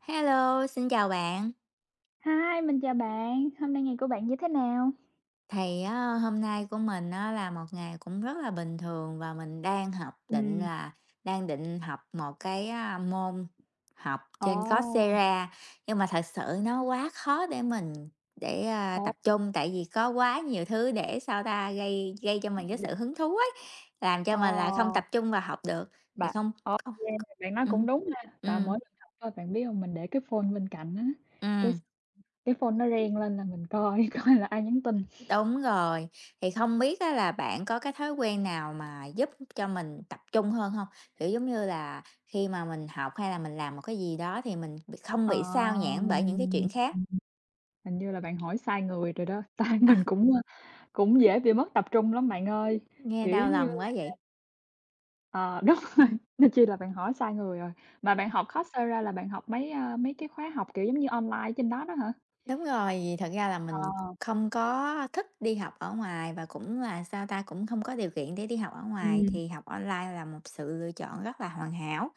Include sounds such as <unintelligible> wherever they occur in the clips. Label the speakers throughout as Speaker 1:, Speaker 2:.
Speaker 1: Hello, xin chào bạn.
Speaker 2: Hi, mình chào bạn. Hôm nay ngày của bạn như thế nào?
Speaker 1: Thì á, hôm nay của mình á, là một ngày cũng rất là bình thường và mình đang học định
Speaker 2: Ừm,
Speaker 1: là đang định học một cái môn học
Speaker 2: ồ,
Speaker 1: trên Coursera, nhưng mà thật sự nó quá khó để mình
Speaker 2: ồ,
Speaker 1: tập trung, tại vì có quá nhiều thứ để sao ta gây gây cho mình cái
Speaker 2: đ
Speaker 1: sự hứng thú ấy, làm cho mình là không
Speaker 2: ờ,
Speaker 1: tập trung và học được. Thì
Speaker 2: bạn
Speaker 1: không.
Speaker 2: ô
Speaker 1: Không.
Speaker 2: kê, bạn nói
Speaker 1: Ừ.
Speaker 2: cũng đúng ha. Tại
Speaker 1: Ừ.
Speaker 2: mỗi lần học á, bạn biết hông, mình để cái phone bên cạnh á,
Speaker 1: Ừ.
Speaker 2: cái s cái phone nó reng lên là mình coi <laughs> coi là ai nhắn tin.
Speaker 1: Đúng rồi, thì không biết á là bạn có cái thói quen nào mà giúp cho mình tập trung hơn không? Kiểu, giống như là, khi mà mình học hay là mình làm một cái gì đó thì mình không bị sao
Speaker 2: Ờ,
Speaker 1: nhãng bởi những cái chuyện khác.
Speaker 2: ừm, hình như là bạn hỏi sai người rồi đó, <laughs> tại mình
Speaker 1: À,
Speaker 2: cũng, ơ, cũng dễ bị mất tập trung lắm bạn ơi,
Speaker 1: nghe
Speaker 2: kiểu
Speaker 1: đau
Speaker 2: giống như
Speaker 1: lòng quá vậy.
Speaker 2: Ờ, đúng rồi, <laughs> nên chi là bạn hỏi sai người rồi. Mà bạn học Coursera là bạn học mấy cái khóa học, kiểu, giống như online trên đó đó hả?
Speaker 1: Đúng rồi, vì thật ra là
Speaker 2: Ờ,
Speaker 1: mình không có thích đi học ở ngoài và cũng là, sao ta, cũng không có điều kiện để đi học ở ngoài,
Speaker 2: ừm,
Speaker 1: thì học online là một sự lựa chọn rất là hoàn hảo.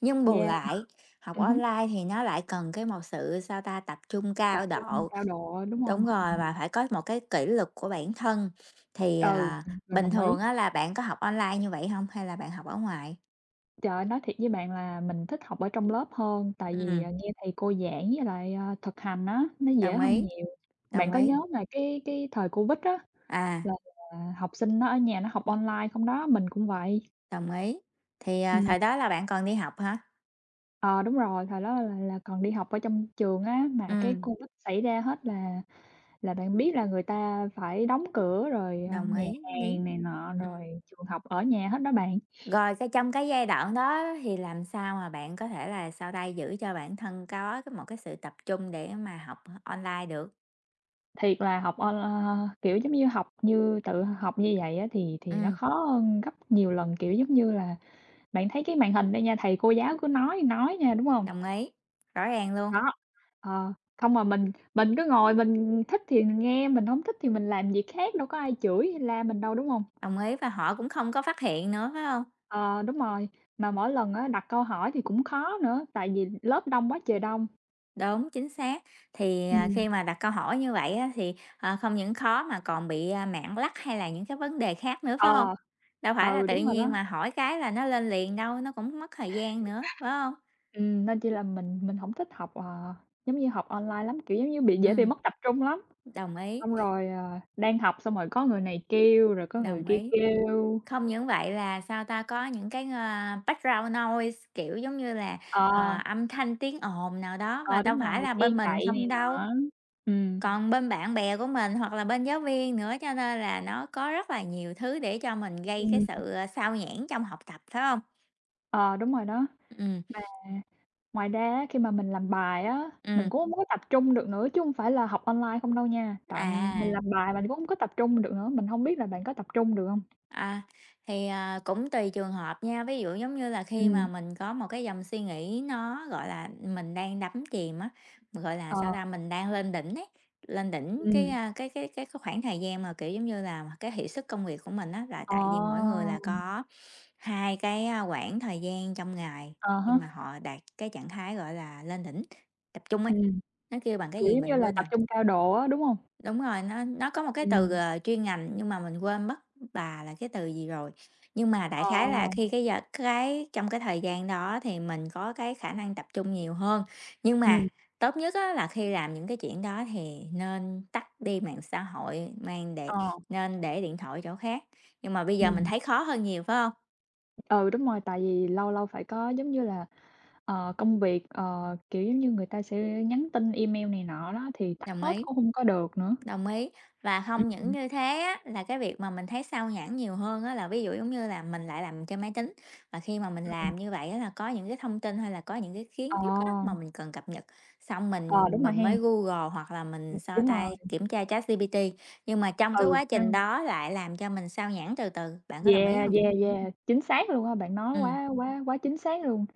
Speaker 1: Nhưng bù
Speaker 2: yeah,
Speaker 1: lại, học
Speaker 2: ừm hứm,
Speaker 1: online thì nó lại cần cái một sự, tập trung
Speaker 2: tập
Speaker 1: cao
Speaker 2: trung
Speaker 1: độ.
Speaker 2: cao độ, đúng
Speaker 1: Đúng
Speaker 2: hông?
Speaker 1: rồi, và phải có một cái kỷ luật của bản thân. Thì,
Speaker 2: Ừ, mình
Speaker 1: bình
Speaker 2: đồng ý.
Speaker 1: thường á là bạn có học online như vậy không? Hay là bạn học ở ngoài?
Speaker 2: Trời ơi, nói thiệt với bạn là mình thích học ở trong lớp hơn, tại vì,
Speaker 1: Ừm,
Speaker 2: à, nghe thầy cô giảng với lại, à, thực hành á, nó dễ
Speaker 1: đồng
Speaker 2: hơn
Speaker 1: ý,
Speaker 2: nhiều. Bạn
Speaker 1: đồng
Speaker 2: có
Speaker 1: ý.
Speaker 2: nhớ mà cái thời Covid á, là
Speaker 1: À,
Speaker 2: là học sinh nó ở nhà nó học online không đó? Mình cũng vậy.
Speaker 1: đồng ý. Thì,
Speaker 2: Ừm.
Speaker 1: thời đó là bạn còn đi học hả?
Speaker 2: Ờ, đúng rồi, thời đó là còn đi học ở trong trường á, mà cái
Speaker 1: Ừm,
Speaker 2: Covid xảy ra hết là bạn biết là người ta phải đóng cửa rồi, ờ,
Speaker 1: đồng
Speaker 2: nhà
Speaker 1: ý, biết.
Speaker 2: hàng này nọ,
Speaker 1: Ừm.
Speaker 2: rồi trường học ở nhà hết đó bạn.
Speaker 1: Rồi cái trong cái giai đoạn đó thì làm sao mà bạn có thể là sau đây giữ cho bản thân có cái một cái sự tập trung để mà học online được?
Speaker 2: Thiệt là học on ơ, kiểu, giống như, học như tự học như vậy á thì nó
Speaker 1: Ừm,
Speaker 2: khó hơn gấp nhiều lần, kiểu, giống như là, bạn thấy cái màn hình đây nha, thầy cô giáo cứ nói nha, đúng hông?
Speaker 1: đồng ý, rõ ràng luôn,
Speaker 2: Đó, ờ, không mà mình cứ ngồi mình thích thì mình nghe, mình hổng thích thì mình làm việc khác, đâu có ai chửi hay la mình đâu, đúng hông?
Speaker 1: đồng ý và họ cũng không có phát hiện nữa, phải không?
Speaker 2: Ờ, đúng rồi, mà mỗi lần á đặt câu hỏi thì cũng khó nữa, tại vì lớp đông quá trời đông.
Speaker 1: Đúng, chính xác. Thì,
Speaker 2: Ừm.
Speaker 1: khi mà đặt câu hỏi như vậy á, thì, không những khó mà còn bị, mảng lắc hay là những cái vấn đề khác nữa,
Speaker 2: Ờ,
Speaker 1: phải không? Đâu phải là tự
Speaker 2: đúng rồi đó.
Speaker 1: nhiên mà hỏi cái là nó lên liền đâu, nó cũng mất thời gian nữa, phải không?
Speaker 2: Nên chỉ là mình hổng thích học, ờ, giống như, học online lắm, kiểu, giống như, dễ bị
Speaker 1: Ừ,
Speaker 2: mất tập trung lắm.
Speaker 1: đồng ý,
Speaker 2: Xong rồi, ờ, đang học xong rồi có người này kêu, rồi có người
Speaker 1: đồng
Speaker 2: kia
Speaker 1: ý.
Speaker 2: kêu.
Speaker 1: Không những vậy là, có những cái, background noise, kiểu, giống như là,
Speaker 2: Ờ,
Speaker 1: âm thanh tiếng ồn nào đó, và
Speaker 2: ờ,
Speaker 1: đâu
Speaker 2: đúng
Speaker 1: phải
Speaker 2: rồi,
Speaker 1: là
Speaker 2: xe
Speaker 1: bên mình
Speaker 2: chạy này
Speaker 1: không đâu.
Speaker 2: nọ. Ừm,
Speaker 1: Còn bên bạn bè của mình hoặc là bên giáo viên nữa, cho nên là nó có rất là nhiều thứ để cho mình gây cái
Speaker 2: ừm,
Speaker 1: sự, xao nhãng trong học tập, phải không?
Speaker 2: ờ, đúng rồi đó.
Speaker 1: Ừ,
Speaker 2: À. Ngoài ra á, khi mà mình làm bài á, mình
Speaker 1: ừ,
Speaker 2: cũng hông có tập trung được nữa, chứ hông phải là học online không đâu nha. Tại mình
Speaker 1: à,
Speaker 2: làm bài mình cũng hông có tập trung được nữa, mình hông biết là bạn có tập trung được hông?
Speaker 1: à, thì, cũng tùy trường hợp nha. Ví dụ giống như là khi mà
Speaker 2: Ừm.
Speaker 1: mình có một cái dòng suy nghĩ nó, gọi là, mình đang đắm chìm á, gọi là,
Speaker 2: Ờ.
Speaker 1: mình đang lên đỉnh ấy, lên đỉnh cái,
Speaker 2: Ừm.
Speaker 1: a, cái cái khoảng thời gian mà, kiểu giống như là, cái hiệu suất công việc của mình á, là
Speaker 2: Ờ.
Speaker 1: tại vì mỗi người là có 2 cái, quãng thời gian trong ngày
Speaker 2: À
Speaker 1: khi
Speaker 2: há.
Speaker 1: mà họ đạt cái trạng thái, gọi là, lên đỉnh, tập trung ấy,
Speaker 2: Ừm.
Speaker 1: nó kêu bằng cái
Speaker 2: Kiểu,
Speaker 1: gì
Speaker 2: giống như
Speaker 1: mình
Speaker 2: là
Speaker 1: quên
Speaker 2: tập
Speaker 1: rồi.
Speaker 2: trung cao độ á, đúng hông?
Speaker 1: Đúng rồi, nó có một cái từ,
Speaker 2: Ừm.
Speaker 1: chuyên ngành nhưng mà mình quên mất bà là cái từ gì rồi. Nhưng mà đại
Speaker 2: Ờ.
Speaker 1: khái là khi cái giờ cái trong cái thời gian đó thì mình có cái khả năng tập trung nhiều hơn. Nhưng mà
Speaker 2: Ừm.
Speaker 1: tốt nhất á là khi làm những cái chuyện đó thì nên tắt đi mạng xã hội, mang để
Speaker 2: Ờ.
Speaker 1: nên để điện thoại chỗ khác. Nhưng mà bây giờ mình
Speaker 2: Ừm.
Speaker 1: thấy khó hơn nhiều, phải không?
Speaker 2: Ừ, đúng rồi, tại vì lâu lâu phải có, giống như là, ờ, công việc, ờ, kiểu, giống như người ta sẽ nhắn tin email này nọ đó, thì tắt
Speaker 1: Đồng
Speaker 2: hết
Speaker 1: ý.
Speaker 2: cũng hông có được nữa.
Speaker 1: Đồng ý. Và không những
Speaker 2: Hứm.
Speaker 1: như thế á, là cái việc mà mình thấy sao nhãng nhiều hơn á, là ví dụ giống như là mình lại làm trên máy tính, và khi mà mình
Speaker 2: Ừm.
Speaker 1: làm như vậy á, là có những cái thông tin hay là có những cái kiến
Speaker 2: Ờ.
Speaker 1: thức á, mà mình cần cập nhật xong
Speaker 2: Ờ,
Speaker 1: mình
Speaker 2: đúng rồi
Speaker 1: mình
Speaker 2: ha.
Speaker 1: mới Google hoặc là mình sao
Speaker 2: Đúng rồi,
Speaker 1: tay kiểm tra ChatGPT, nhưng mà trong
Speaker 2: ừ,
Speaker 1: cái quá trình
Speaker 2: <unintelligible>
Speaker 1: đó lại làm cho mình sao nhãng từ từ, bạn có đồng ý
Speaker 2: yeah,
Speaker 1: không?
Speaker 2: yeah, yeah, chính xác luôn á, bạn nói
Speaker 1: Ừ.
Speaker 2: quá quá quá chính xác luôn.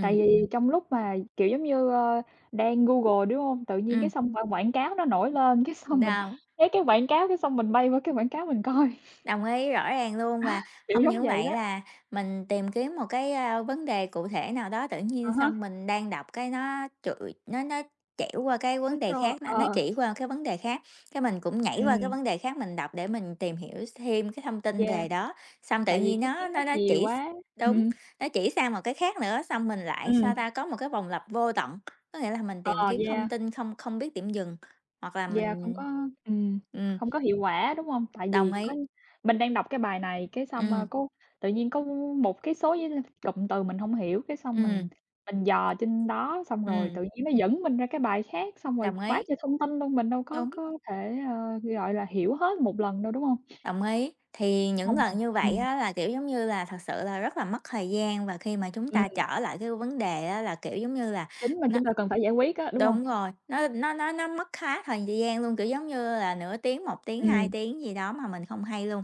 Speaker 2: Tại vì trong lúc mà, kiểu, giống như, ơ, đang Google, đúng hông? Tự
Speaker 1: Ừ.
Speaker 2: nhiên cái xong qua quảng cáo nó nổi lên, cái xong mình
Speaker 1: Đâu.
Speaker 2: thấy cái quảng cáo, cái xong mình bay qua cái quảng cáo mình coi, <laughs>
Speaker 1: Đồng ý, rõ ràng luôn, và
Speaker 2: kiểu
Speaker 1: không
Speaker 2: giống
Speaker 1: những
Speaker 2: vậy
Speaker 1: vậy
Speaker 2: đó.
Speaker 1: là mình tìm kiếm một cái, vấn đề cụ thể nào đó, tự
Speaker 2: À
Speaker 1: nhiên
Speaker 2: há,
Speaker 1: xong mình đang đọc cái nó trụi nó trẻo qua cái
Speaker 2: nó
Speaker 1: vấn đề
Speaker 2: trôi
Speaker 1: khác, nó chỉ qua cái vấn đề khác, cái mình cũng nhảy qua cái
Speaker 2: ừm,
Speaker 1: vấn đề khác, mình đọc để mình tìm hiểu thêm cái thông tin
Speaker 2: yeah,
Speaker 1: về đó, xong tự
Speaker 2: tại vì
Speaker 1: nhiên
Speaker 2: cái kiến
Speaker 1: nó
Speaker 2: thức
Speaker 1: nó nó
Speaker 2: nhiều
Speaker 1: chỉ
Speaker 2: quá.
Speaker 1: đúng,
Speaker 2: Ừm,
Speaker 1: nó chỉ sang một cái khác nữa, xong mình lại,
Speaker 2: ừm,
Speaker 1: có một cái vòng lặp vô tận. Có nghĩa là mình tìm
Speaker 2: ờ,
Speaker 1: kiếm thông
Speaker 2: yeah.
Speaker 1: tin không không biết điểm dừng, hoặc là
Speaker 2: Yeah, không có
Speaker 1: mình.
Speaker 2: ừm,
Speaker 1: Ừm,
Speaker 2: không có hiệu quả, đúng hông? Tại
Speaker 1: đồng
Speaker 2: vì có
Speaker 1: ý.
Speaker 2: mình đang đọc cái bài này cái xong, a,
Speaker 1: Ừm.
Speaker 2: có tự nhiên có một cái số với cụm từ mình hông hiểu, cái xong mình
Speaker 1: Ừm.
Speaker 2: mình dò trên đó, xong rồi tự
Speaker 1: Ừm,
Speaker 2: nhiên nó dẫn mình ra cái bài khác, xong rồi
Speaker 1: đồng
Speaker 2: quá
Speaker 1: ý,
Speaker 2: trời thông tin luôn, mình đâu
Speaker 1: đúng,
Speaker 2: có thể, ờ, gọi là, hiểu hết một lần đâu, đúng hông?
Speaker 1: đồng ý. Thì những
Speaker 2: Xong rồi
Speaker 1: lần như vậy á là, kiểu, giống như là, thật sự là rất là mất thời gian, và khi mà chúng
Speaker 2: ừm,
Speaker 1: ta trở lại cái vấn đề á là, kiểu, giống như là,
Speaker 2: chính mà
Speaker 1: nó
Speaker 2: chúng ta cần phải giải quyết á, đúng hông?
Speaker 1: đúng rồi, nó mất khá thời gian luôn, kiểu, giống như là, nửa tiếng, 1 tiếng, 2
Speaker 2: Ừm,
Speaker 1: tiếng gì đó mà mình không hay luôn.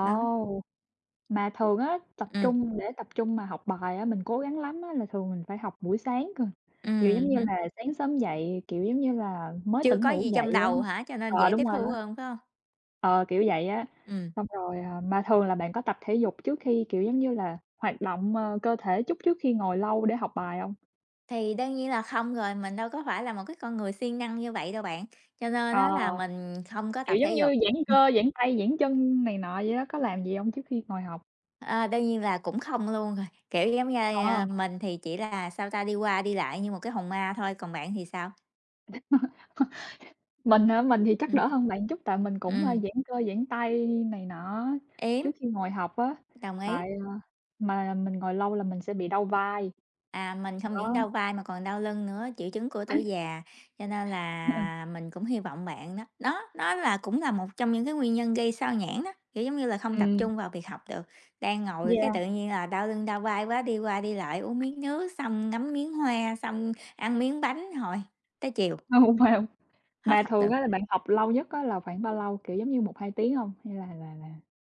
Speaker 1: Đó,
Speaker 2: Mà thường á, tập
Speaker 1: ừm,
Speaker 2: trung để tập trung mà học bài á, mình cố gắng lắm á là thường mình phải học buổi sáng cơ, kiểu, giống như
Speaker 1: hứm,
Speaker 2: là, sáng sớm dậy, kiểu, giống như là, mới
Speaker 1: chưa
Speaker 2: tỉnh
Speaker 1: có
Speaker 2: ngủ
Speaker 1: gì trong
Speaker 2: dậy á
Speaker 1: đầu hả? Cho nên
Speaker 2: ờ,
Speaker 1: dễ
Speaker 2: đúng
Speaker 1: tiếp
Speaker 2: rồi
Speaker 1: thu
Speaker 2: á.
Speaker 1: hơn, phải không?
Speaker 2: Ờ, kiểu vậy á,
Speaker 1: Ừm,
Speaker 2: xong rồi, à, mà thường là bạn có tập thể dục trước khi, kiểu, giống như là, hoạt động, ờ, cơ thể chút trước khi ngồi lâu để học bài hông?
Speaker 1: thì đương nhiên là không rồi, mình đâu có phải là một cái con người siêng năng như vậy đâu bạn, cho nên đó là
Speaker 2: Ờ,
Speaker 1: mình không có
Speaker 2: kiểu,
Speaker 1: tập
Speaker 2: giống
Speaker 1: thể
Speaker 2: như,
Speaker 1: dục.
Speaker 2: giãn cơ, giãn tay, giãn chân này nọ vậy đó, có làm gì hông trước khi ngồi học?
Speaker 1: À, đương nhiên là cũng không luôn rồi, kiểu, giống như,
Speaker 2: Ờ.
Speaker 1: mình thì chỉ là, đi qua đi lại như một cái hồn ma thôi, còn bạn thì sao?
Speaker 2: Mình hả? Mình thì
Speaker 1: Ừ,
Speaker 2: chắc đỡ hơn bạn chút tại mình cũng, a,
Speaker 1: ừm,
Speaker 2: giãn cơ giãn tay này nọ
Speaker 1: yếm,
Speaker 2: trước khi ngồi học á,
Speaker 1: đồng ý.
Speaker 2: tại, ờ, mà mình ngồi lâu là mình sẽ bị đau vai,
Speaker 1: À, mình không những
Speaker 2: đó.
Speaker 1: đau vai mà còn đau lưng nữa, triệu chứng của tuổi già, cho nên là
Speaker 2: <laughs>
Speaker 1: mình cũng hy vọng bạn đó đó, nó là cũng là một trong những cái nguyên nhân gây sao nhãng đó, kiểu, giống như là, không tập
Speaker 2: Ừm,
Speaker 1: trung vào việc học được. Đang ngồi cái
Speaker 2: yeah,
Speaker 1: tự nhiên là đau lưng đau vai quá, đi qua đi lại uống miếng nước, xong ngắm miếng hoa, xong ăn miếng bánh, hồi tới chiều
Speaker 2: hông, hông.
Speaker 1: hết
Speaker 2: Mà
Speaker 1: học
Speaker 2: thường
Speaker 1: được.
Speaker 2: á là bạn học lâu nhất á là khoảng bao lâu? Kiểu, giống như một hai tiếng hông? Hay là là,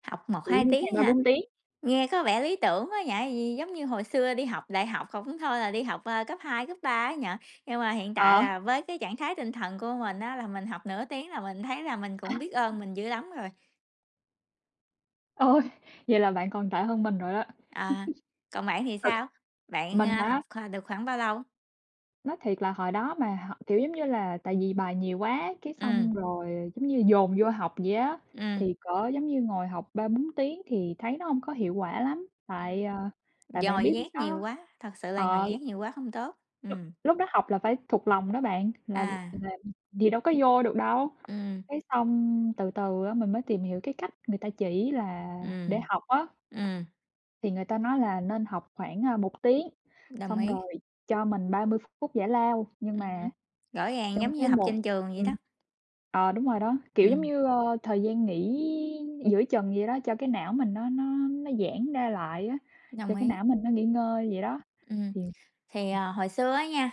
Speaker 1: Học một
Speaker 2: kiểu,
Speaker 1: hai
Speaker 2: giống như hai
Speaker 1: tiếng
Speaker 2: ba
Speaker 1: hả?
Speaker 2: bốn tiếng?
Speaker 1: Nghe có vẻ lý tưởng quá nhỉ? Vì giống như hồi xưa đi học đại học không cũng thôi là đi học, cấp 2 cấp 3 á nhỉ? Nhưng mà hiện tại
Speaker 2: Ờ,
Speaker 1: là với cái trạng thái tinh thần của mình á, là mình học nửa tiếng là mình thấy là mình cũng biết
Speaker 2: <laughs>
Speaker 1: ơn mình dữ lắm rồi.
Speaker 2: ôi, vậy là bạn còn tệ hơn mình rồi đó.
Speaker 1: À, còn bạn thì
Speaker 2: Thực
Speaker 1: sao? Bạn,
Speaker 2: mình hả?
Speaker 1: học, được khoảng bao lâu?
Speaker 2: Nói thiệt là hồi đó mà h kiểu, giống như là, tại vì bài nhiều quá, cái
Speaker 1: Ừm,
Speaker 2: xong rồi, giống như, dồn vô học vậy á,
Speaker 1: ừm,
Speaker 2: thì cỡ, giống như, ngồi học 3 4 tiếng thì thấy nó không có hiệu quả lắm. Tại,
Speaker 1: ừm,
Speaker 2: ờ, tại bạn
Speaker 1: nhồi
Speaker 2: biết lúc
Speaker 1: nhét nhiều
Speaker 2: đó
Speaker 1: quá, thật sự là nhồi
Speaker 2: ờ,
Speaker 1: nhét nhiều quá không tốt.
Speaker 2: lúc
Speaker 1: Ừm,
Speaker 2: lúc đó học là phải thuộc lòng đó bạn,
Speaker 1: à,
Speaker 2: là thì đâu có vô được đâu.
Speaker 1: ừm,
Speaker 2: Cái xong từ từ á mình mới tìm hiểu cái cách người ta chỉ là để
Speaker 1: ừm,
Speaker 2: học á,
Speaker 1: ừm,
Speaker 2: thì người ta nói là nên học khoảng, a, 1 tiếng,
Speaker 1: đồng
Speaker 2: xong
Speaker 1: ý.
Speaker 2: rồi cho mình 30 phút giải lao. Nhưng mà
Speaker 1: Hứm, rõ ràng
Speaker 2: trong
Speaker 1: giống
Speaker 2: cái
Speaker 1: như học
Speaker 2: một
Speaker 1: trên trường vậy
Speaker 2: ừm.
Speaker 1: đó.
Speaker 2: Ờ, đúng rồi đó, kiểu, giống
Speaker 1: Ừm.
Speaker 2: như, ơ, thời gian nghỉ giữa chừng vậy đó, cho cái não mình nó giãn ra lại á, cho
Speaker 1: Đồng
Speaker 2: cái
Speaker 1: ý.
Speaker 2: não mình nó nghỉ ngơi vậy đó,
Speaker 1: Ừm,
Speaker 2: thì
Speaker 1: thì,
Speaker 2: thì
Speaker 1: hồi xưa á nha,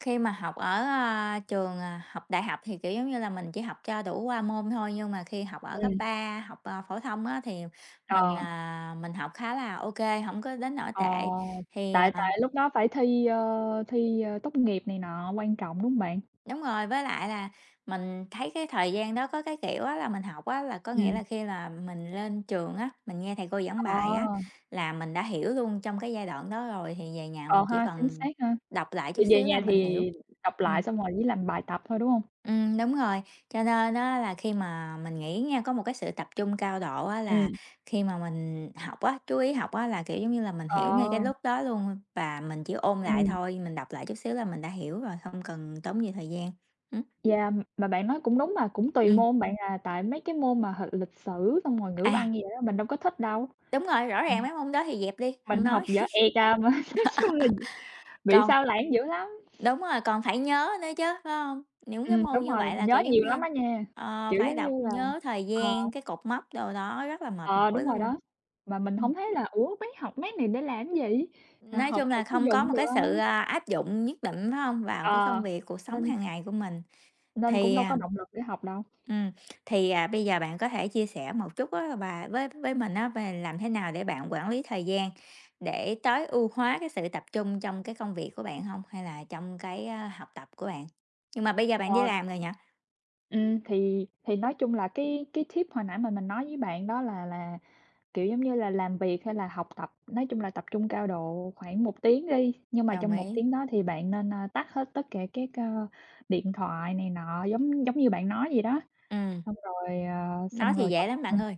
Speaker 1: khi mà học ở, trường, học đại học thì, kiểu, giống như là, mình chỉ học cho đủ qua môn thôi, nhưng mà khi học ở cấp
Speaker 2: ừm,
Speaker 1: 3 học, phổ thông á thì mình,
Speaker 2: ờ,
Speaker 1: à, mình học khá là ok không có đến nỗi
Speaker 2: ờ,
Speaker 1: tệ. Thì,
Speaker 2: tại
Speaker 1: à
Speaker 2: tại lúc đó phải thi, ơ, tốt nghiệp này nọ quan trọng, đúng hông bạn?
Speaker 1: Đúng rồi, với lại là mình thấy cái thời gian đó có cái, kiểu á, là mình học á, là có nghĩa
Speaker 2: Ừm.
Speaker 1: là khi là mình lên trường á, mình nghe thầy cô giảng
Speaker 2: Ờ,
Speaker 1: bài á, là mình đã hiểu luôn trong cái giai đoạn đó rồi, thì về nhà
Speaker 2: ờ
Speaker 1: mình chỉ
Speaker 2: ha, chính
Speaker 1: cần
Speaker 2: xác ha,
Speaker 1: đọc lại
Speaker 2: thì
Speaker 1: chút
Speaker 2: về
Speaker 1: xíu
Speaker 2: nhà
Speaker 1: là mình hiểu.
Speaker 2: thì đọc lại
Speaker 1: Ừm,
Speaker 2: xong rồi chỉ làm bài tập thôi, đúng hông?
Speaker 1: đúng rồi, cho nên á là khi mà mình nghĩ nha, có một cái sự tập trung cao độ á, là
Speaker 2: Ừm.
Speaker 1: khi mà mình học á, chú ý học á, là, kiểu, giống như là, mình hiểu ngay cái
Speaker 2: Ờ,
Speaker 1: lúc đó luôn và mình chỉ ôn lại
Speaker 2: ừm.
Speaker 1: thôi, mình đọc lại chút xíu là mình đã hiểu rồi, không cần tốn nhiều thời gian. Ừm,
Speaker 2: Yeah, mà bạn nói cũng đúng mà, cũng tùy
Speaker 1: ừm.
Speaker 2: môn bạn à, tại mấy cái môn mà h lịch sử xong rồi ngữ
Speaker 1: À,
Speaker 2: văn gì đó mình đâu có thích đâu,
Speaker 1: đúng rồi, rõ ràng
Speaker 2: mình
Speaker 1: mấy môn đó thì dẹp đi,
Speaker 2: mình
Speaker 1: hông nói.
Speaker 2: học dở ẹc
Speaker 1: <laughs>
Speaker 2: à, mà <laughs> nói chung là bị
Speaker 1: Còn
Speaker 2: sao lãng dữ lắm.
Speaker 1: đúng rồi, còn phải nhớ nữa chứ, phải hông? Những cái môn
Speaker 2: Đúng
Speaker 1: như
Speaker 2: rồi,
Speaker 1: vậy là,
Speaker 2: nhớ
Speaker 1: kiểu, giống
Speaker 2: nhiều lắm
Speaker 1: như,
Speaker 2: á nha, kiểu,
Speaker 1: phải
Speaker 2: giống như
Speaker 1: đọc
Speaker 2: là
Speaker 1: nhớ thời
Speaker 2: ờ,
Speaker 1: gian, cái cột mốc đồ đó rất là mệt
Speaker 2: ờ,
Speaker 1: mỏi
Speaker 2: đúng rồi
Speaker 1: luôn.
Speaker 2: đó, mà mình
Speaker 1: Ừm,
Speaker 2: hổng thấy là "Ủa, mấy học mấy này để làm cái gì? H
Speaker 1: nói
Speaker 2: học
Speaker 1: chung
Speaker 2: rồi
Speaker 1: là
Speaker 2: có
Speaker 1: không có
Speaker 2: dụng
Speaker 1: một
Speaker 2: được
Speaker 1: cái
Speaker 2: hông?"
Speaker 1: sự, áp dụng nhất định, phải hông? Vào cái
Speaker 2: Ờ,
Speaker 1: công việc, cuộc sống
Speaker 2: nên
Speaker 1: hàng ngày của mình.
Speaker 2: nên cũng
Speaker 1: Thì,
Speaker 2: đâu có
Speaker 1: à
Speaker 2: động lực để học đâu.
Speaker 1: ừm, thì, bây giờ bạn có thể chia sẻ một chút á và với mình á về làm thế nào để bạn quản lý thời gian để tối ưu hóa cái sự tập trung trong cái công việc của bạn không? Hay là trong cái, học tập của bạn? Nhưng mà bây giờ bạn đi
Speaker 2: Ờ,
Speaker 1: làm rồi nhỉ?
Speaker 2: thì nói chung là cái tip hồi nãy mà mình nói với bạn đó là kiểu, giống như là, làm việc hay là học tập, nói chung là tập trung cao độ khoảng một tiếng đi, nhưng mà
Speaker 1: Đồng
Speaker 2: trong một
Speaker 1: ý.
Speaker 2: tiếng đó thì bạn nên, a, tắt hết tất cả các, ơ, điện thoại này nọ, giống giống như bạn nói vậy đó,
Speaker 1: Ừm,
Speaker 2: xong rồi, ờ, xong
Speaker 1: nói thì
Speaker 2: rồi
Speaker 1: dễ lắm bạn ơi.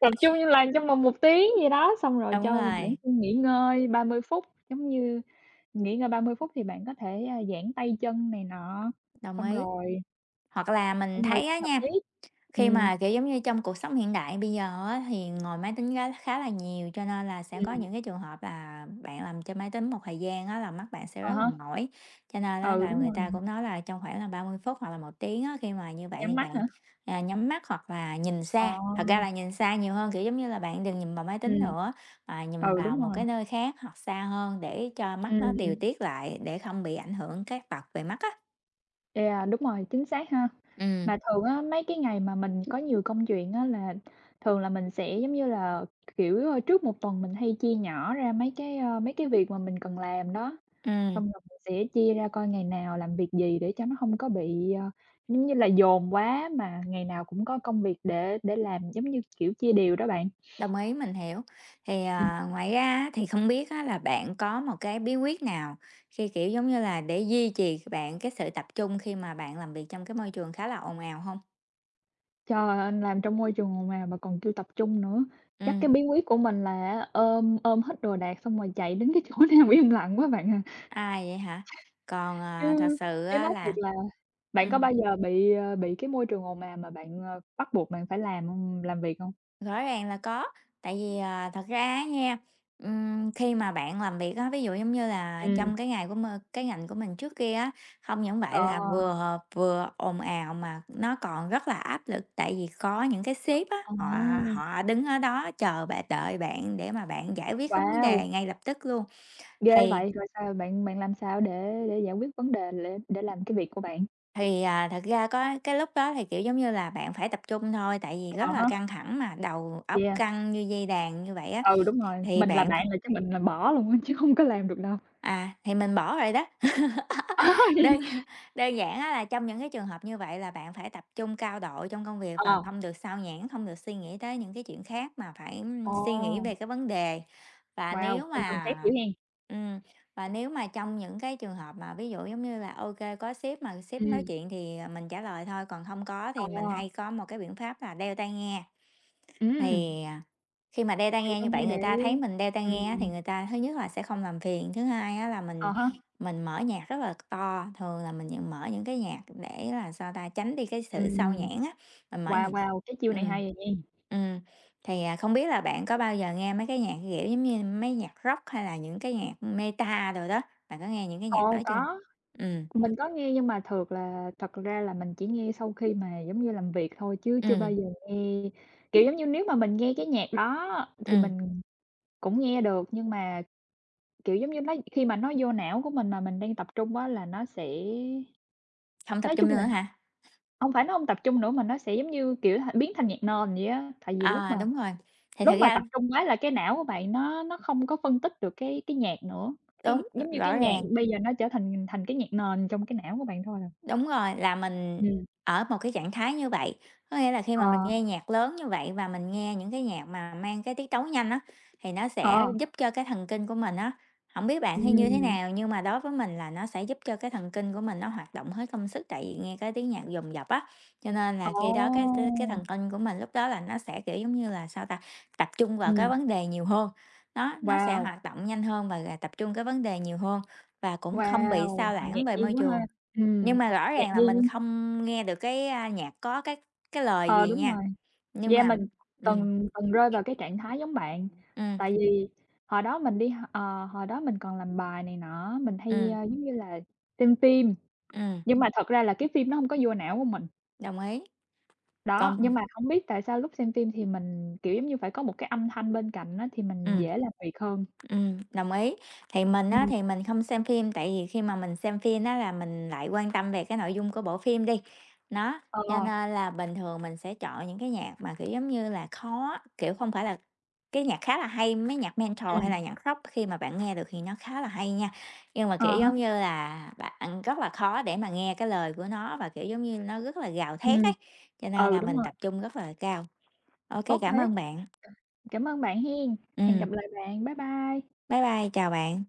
Speaker 2: tập trung như làm trong vòng một tiếng gì đó, xong rồi
Speaker 1: Đúng
Speaker 2: cho bản
Speaker 1: rồi,
Speaker 2: thân nghỉ ngơi 30 phút, giống như nghỉ ngơi 30 phút thì bạn có thể, a, giãn tay chân này nọ,
Speaker 1: đồng
Speaker 2: xong
Speaker 1: ý.
Speaker 2: rồi
Speaker 1: Hoặc là mình
Speaker 2: xong rồi
Speaker 1: thấy á
Speaker 2: tập
Speaker 1: nha.
Speaker 2: tiếp. ừ
Speaker 1: Khi mà, kiểu, giống như, trong cuộc sống hiện đại bây giờ á, thì ngồi máy tính gá khá là nhiều, cho nên là sẽ
Speaker 2: ừ
Speaker 1: có những cái trường hợp là bạn làm trên máy tính một thời gian á, là mắt bạn sẽ
Speaker 2: à
Speaker 1: rất là
Speaker 2: há,
Speaker 1: mỏi. Cho nên á,
Speaker 2: ừ,
Speaker 1: là
Speaker 2: đúng
Speaker 1: người
Speaker 2: rồi,
Speaker 1: ta cũng nói là trong khoảng là 30 phút hoặc là một tiếng á, khi mà như vậy
Speaker 2: nhắm
Speaker 1: thì
Speaker 2: mắt hả?
Speaker 1: bạn, nhắm mắt hoặc là nhìn
Speaker 2: Ờ,
Speaker 1: xa, thật ra là nhìn xa nhiều hơn, kiểu, giống như là, bạn đừng nhìn vào máy tính
Speaker 2: ừm.
Speaker 1: nữa, mà nhìn
Speaker 2: Ừ,
Speaker 1: vào
Speaker 2: đúng
Speaker 1: một
Speaker 2: rồi.
Speaker 1: cái nơi khác hoặc xa hơn để cho mắt nó điều
Speaker 2: Ừm,
Speaker 1: tiết lại, để không bị ảnh hưởng các tật về mắt á.
Speaker 2: yeah, đúng rồi, chính xác ha.
Speaker 1: Ừ,
Speaker 2: Mà thường á, mấy cái ngày mà mình có nhiều công chuyện á là thường là mình sẽ, giống như là, kiểu, ơ, trước một tuần mình hay chia nhỏ ra mấy cái, ơ, mấy cái việc mà mình cần làm đó,
Speaker 1: ừ.
Speaker 2: xong rồi mình sẽ chia ra coi ngày nào làm việc gì để cho nó hông có bị, ờ, giống như là, dồn quá mà ngày nào cũng có công việc để làm, giống như, kiểu, chia đều đó bạn.
Speaker 1: Đồng ý, mình hiểu. Thì, ngoài ra á, thì không biết á là bạn có một cái bí quyết nào khi, kiểu, giống như là, để duy trì bạn cái sự tập trung khi mà bạn làm việc trong cái môi trường khá là ồn ào không?
Speaker 2: Trời ơi, làm trong môi trường mà còn kêu tập trung nữa, chắc cái
Speaker 1: Ừ.
Speaker 2: bí quyết của mình là á ôm ôm hết đồ đạc xong rồi chạy đến cái chỗ <laughs> nào im lặng quá bạn à.
Speaker 1: À, vậy hả? Còn,
Speaker 2: Chứ
Speaker 1: thật sự
Speaker 2: chứ
Speaker 1: á
Speaker 2: nói thiệt
Speaker 1: là,
Speaker 2: là bạn
Speaker 1: ừ.
Speaker 2: có bao giờ bị, ờ, bị cái môi trường ồn ào mà bạn, ờ, bắt buộc bạn phải làm hông làm việc hông?
Speaker 1: Rõ ràng là có, tại vì, thật ra á nha, khi mà bạn làm việc á, ví dụ giống như là
Speaker 2: Ừm.
Speaker 1: trong cái ngày của m cái ngành của mình trước kia á, không những
Speaker 2: Ờ,
Speaker 1: vậy là vừa vừa ồn ào mà nó còn rất là áp lực, tại vì có những cái sếp á,
Speaker 2: ờ,
Speaker 1: họ họ đứng ở đó chờ bạn đợi bạn để mà bạn giải quyết cái vấn
Speaker 2: wow,
Speaker 1: đề ngay lập tức luôn.
Speaker 2: ghê
Speaker 1: Thì
Speaker 2: vậy! Rồi sao bạn bạn làm sao để giải quyết vấn đề để làm cái việc của bạn?
Speaker 1: thì, thật ra có cái lúc đó thì, kiểu, giống như là, bạn phải tập trung thôi, tại vì
Speaker 2: À
Speaker 1: rất là
Speaker 2: há,
Speaker 1: căng thẳng mà, đầu óc
Speaker 2: yeah,
Speaker 1: căng như dây đàn như vậy á,
Speaker 2: ừ, đúng rồi,
Speaker 1: thì
Speaker 2: mình là
Speaker 1: bạn
Speaker 2: bạn là chắc mình là bỏ luôn á chứ hông có làm được đâu. <laughs>
Speaker 1: À, thì mình bỏ rồi đó. <laughs>
Speaker 2: Ờ, vậy
Speaker 1: Đơn đơn giản á là trong những cái trường hợp như vậy là bạn phải tập trung cao độ trong công việc và
Speaker 2: ờ.
Speaker 1: không được sao nhãng, không được suy nghĩ tới những cái chuyện khác mà phải,
Speaker 2: Ồ,
Speaker 1: suy nghĩ về cái vấn đề. Và
Speaker 2: wow,
Speaker 1: nếu
Speaker 2: tinh thần
Speaker 1: mà
Speaker 2: thép dữ hen.
Speaker 1: ừm, và nếu mà trong những cái trường hợp mà ví dụ giống như là, OK có sếp mà sếp nói
Speaker 2: Ừm.
Speaker 1: chuyện thì, mình trả lời thôi, còn không có thì
Speaker 2: Ờ,
Speaker 1: mình hay có một cái biện pháp là đeo tai nghe.
Speaker 2: Ừm.
Speaker 1: Thì, khi mà đeo tai
Speaker 2: để
Speaker 1: nghe
Speaker 2: coi
Speaker 1: như
Speaker 2: như
Speaker 1: vậy
Speaker 2: để
Speaker 1: người ta thấy mình đeo tai nghe á thì
Speaker 2: ừm,
Speaker 1: người ta thứ nhất là sẽ không làm phiền, thứ hai á là
Speaker 2: à
Speaker 1: mình
Speaker 2: há,
Speaker 1: mình mở nhạc rất là to, thường là mình những mở những cái nhạc để là, sao ta, tránh đi cái sự xao
Speaker 2: ừm,
Speaker 1: nhãng á, mình mở
Speaker 2: wow,
Speaker 1: nhạc.
Speaker 2: wow, cái chiêu này
Speaker 1: ừm,
Speaker 2: hay à nha.
Speaker 1: ừm, thì, không biết là bạn có bao giờ nghe mấy cái nhạc, kiểu, giống như mấy nhạc rock hay là những cái nhạc metal rồi đó, bạn có nghe những cái nhạc đó
Speaker 2: Ồ,
Speaker 1: chưa?
Speaker 2: có,
Speaker 1: Ừm,
Speaker 2: mình có nghe nhưng mà thường là thật ra là mình chỉ nghe sau khi mà, giống như, làm việc thôi chứ chưa bao
Speaker 1: ừm,
Speaker 2: giờ nghe kiểu, giống như, nếu mà mình nghe cái nhạc đó thì
Speaker 1: ừm,
Speaker 2: mình cũng nghe được, nhưng mà, kiểu, giống như, nó khi mà nó vô não của mình mà mình đang tập trung á là nó sẽ
Speaker 1: Hông tập
Speaker 2: nói
Speaker 1: trung
Speaker 2: chung
Speaker 1: nữa
Speaker 2: là
Speaker 1: hả?
Speaker 2: hông phải nó hông tập trung nữa mà nó sẽ, giống như, kiểu, h biến thành nhạc nền vậy á. Tại vì lúc
Speaker 1: À,
Speaker 2: mà
Speaker 1: đúng rồi, thì thật
Speaker 2: lúc mà tập
Speaker 1: ra
Speaker 2: trung quá là cái não của bạn nó không có phân tích được cái nhạc nữa, cái
Speaker 1: đúng,
Speaker 2: giống như cái
Speaker 1: rõ
Speaker 2: nhạc
Speaker 1: ràng.
Speaker 2: bây giờ nó trở thành thành cái nhạc nền trong cái não của bạn thôi à.
Speaker 1: Đúng rồi, là mình
Speaker 2: Ừm,
Speaker 1: ở một cái trạng thái như vậy, có nghĩa là khi mà
Speaker 2: ờ,
Speaker 1: mình nghe nhạc lớn như vậy và mình nghe những cái nhạc mà mang cái tiết tấu nhanh á, thì nó
Speaker 2: ờ,
Speaker 1: sẽ giúp cho cái thần kinh của mình á, không biết bạn hay như thế
Speaker 2: ừm,
Speaker 1: nào nhưng mà đối với mình là nó sẽ giúp cho cái thần kinh của mình nó hoạt động hết công sức, tại vì nghe cái tiếng nhạc dồn dập á, cho nên là khi đó cái
Speaker 2: ồ,
Speaker 1: thần kinh của mình lúc đó là nó sẽ, kiểu, giống như là, sao ta, tập trung vào cái
Speaker 2: ừm,
Speaker 1: vấn đề nhiều hơn. Nó sẽ
Speaker 2: wow,
Speaker 1: hoạt động nhanh hơn và, tập trung cái vấn đề nhiều hơn và cũng không bị
Speaker 2: wow,
Speaker 1: sao
Speaker 2: mà nhạc
Speaker 1: lãng về
Speaker 2: nhi
Speaker 1: môi
Speaker 2: quá ha.
Speaker 1: trường.
Speaker 2: Ừm,
Speaker 1: Nhưng mà rõ
Speaker 2: nhạc
Speaker 1: ràng là
Speaker 2: nhi
Speaker 1: mình không nghe được cái, nhạc có cái lời
Speaker 2: ờ,
Speaker 1: gì
Speaker 2: đúng
Speaker 1: nha,
Speaker 2: rồi.
Speaker 1: nhưng
Speaker 2: Yeah,
Speaker 1: mà
Speaker 2: mình
Speaker 1: ừ,
Speaker 2: từng từng rơi vào cái trạng thái giống bạn,
Speaker 1: ừ,
Speaker 2: tại vì hồi đó mình đi h ờ, hồi đó mình còn làm bài này nọ, mình
Speaker 1: ừ.
Speaker 2: hay, a, giống như là, xem phim,
Speaker 1: ừm,
Speaker 2: nhưng mà thật ra là cái phim nó không có vô não của mình.
Speaker 1: đồng ý.
Speaker 2: Đó,
Speaker 1: Còn
Speaker 2: nhưng mà không biết tại sao lúc xem phim thì mình, kiểu, giống như, phải có một cái âm thanh bên cạnh á thì mình
Speaker 1: ừ.
Speaker 2: dễ làm việc hơn.
Speaker 1: Đồng ý. Thì mình á,
Speaker 2: Ừm,
Speaker 1: thì mình không xem phim, tại vì khi mà mình xem phim á, là mình lại quan tâm về cái nội dung của bộ phim đi. Nó,
Speaker 2: ờ,
Speaker 1: cho nên là bình thường mình sẽ chọn những cái nhạc mà, kiểu, giống như là, khó, kiểu, không phải là cái nhạc khá là hay, mấy nhạc metal hay
Speaker 2: Ừm.
Speaker 1: là nhạc rock khi mà bạn nghe được thì nó khá là hay nha. Nhưng mà,
Speaker 2: ờ
Speaker 1: kiểu,
Speaker 2: há,
Speaker 1: giống như là, bạn rất là khó để mà nghe cái lời của nó và, kiểu, giống như, nó rất là gào thét
Speaker 2: ừm,
Speaker 1: ấy, cho nên
Speaker 2: ừ,
Speaker 1: là
Speaker 2: đúng
Speaker 1: mình
Speaker 2: rồi.
Speaker 1: tập trung rất là cao. OK,
Speaker 2: Ok,
Speaker 1: cảm ơn bạn.
Speaker 2: cảm ơn bạn hen, hẹn
Speaker 1: Ừm,
Speaker 2: gặp lại bạn, bye bye.
Speaker 1: bye bye, chào bạn.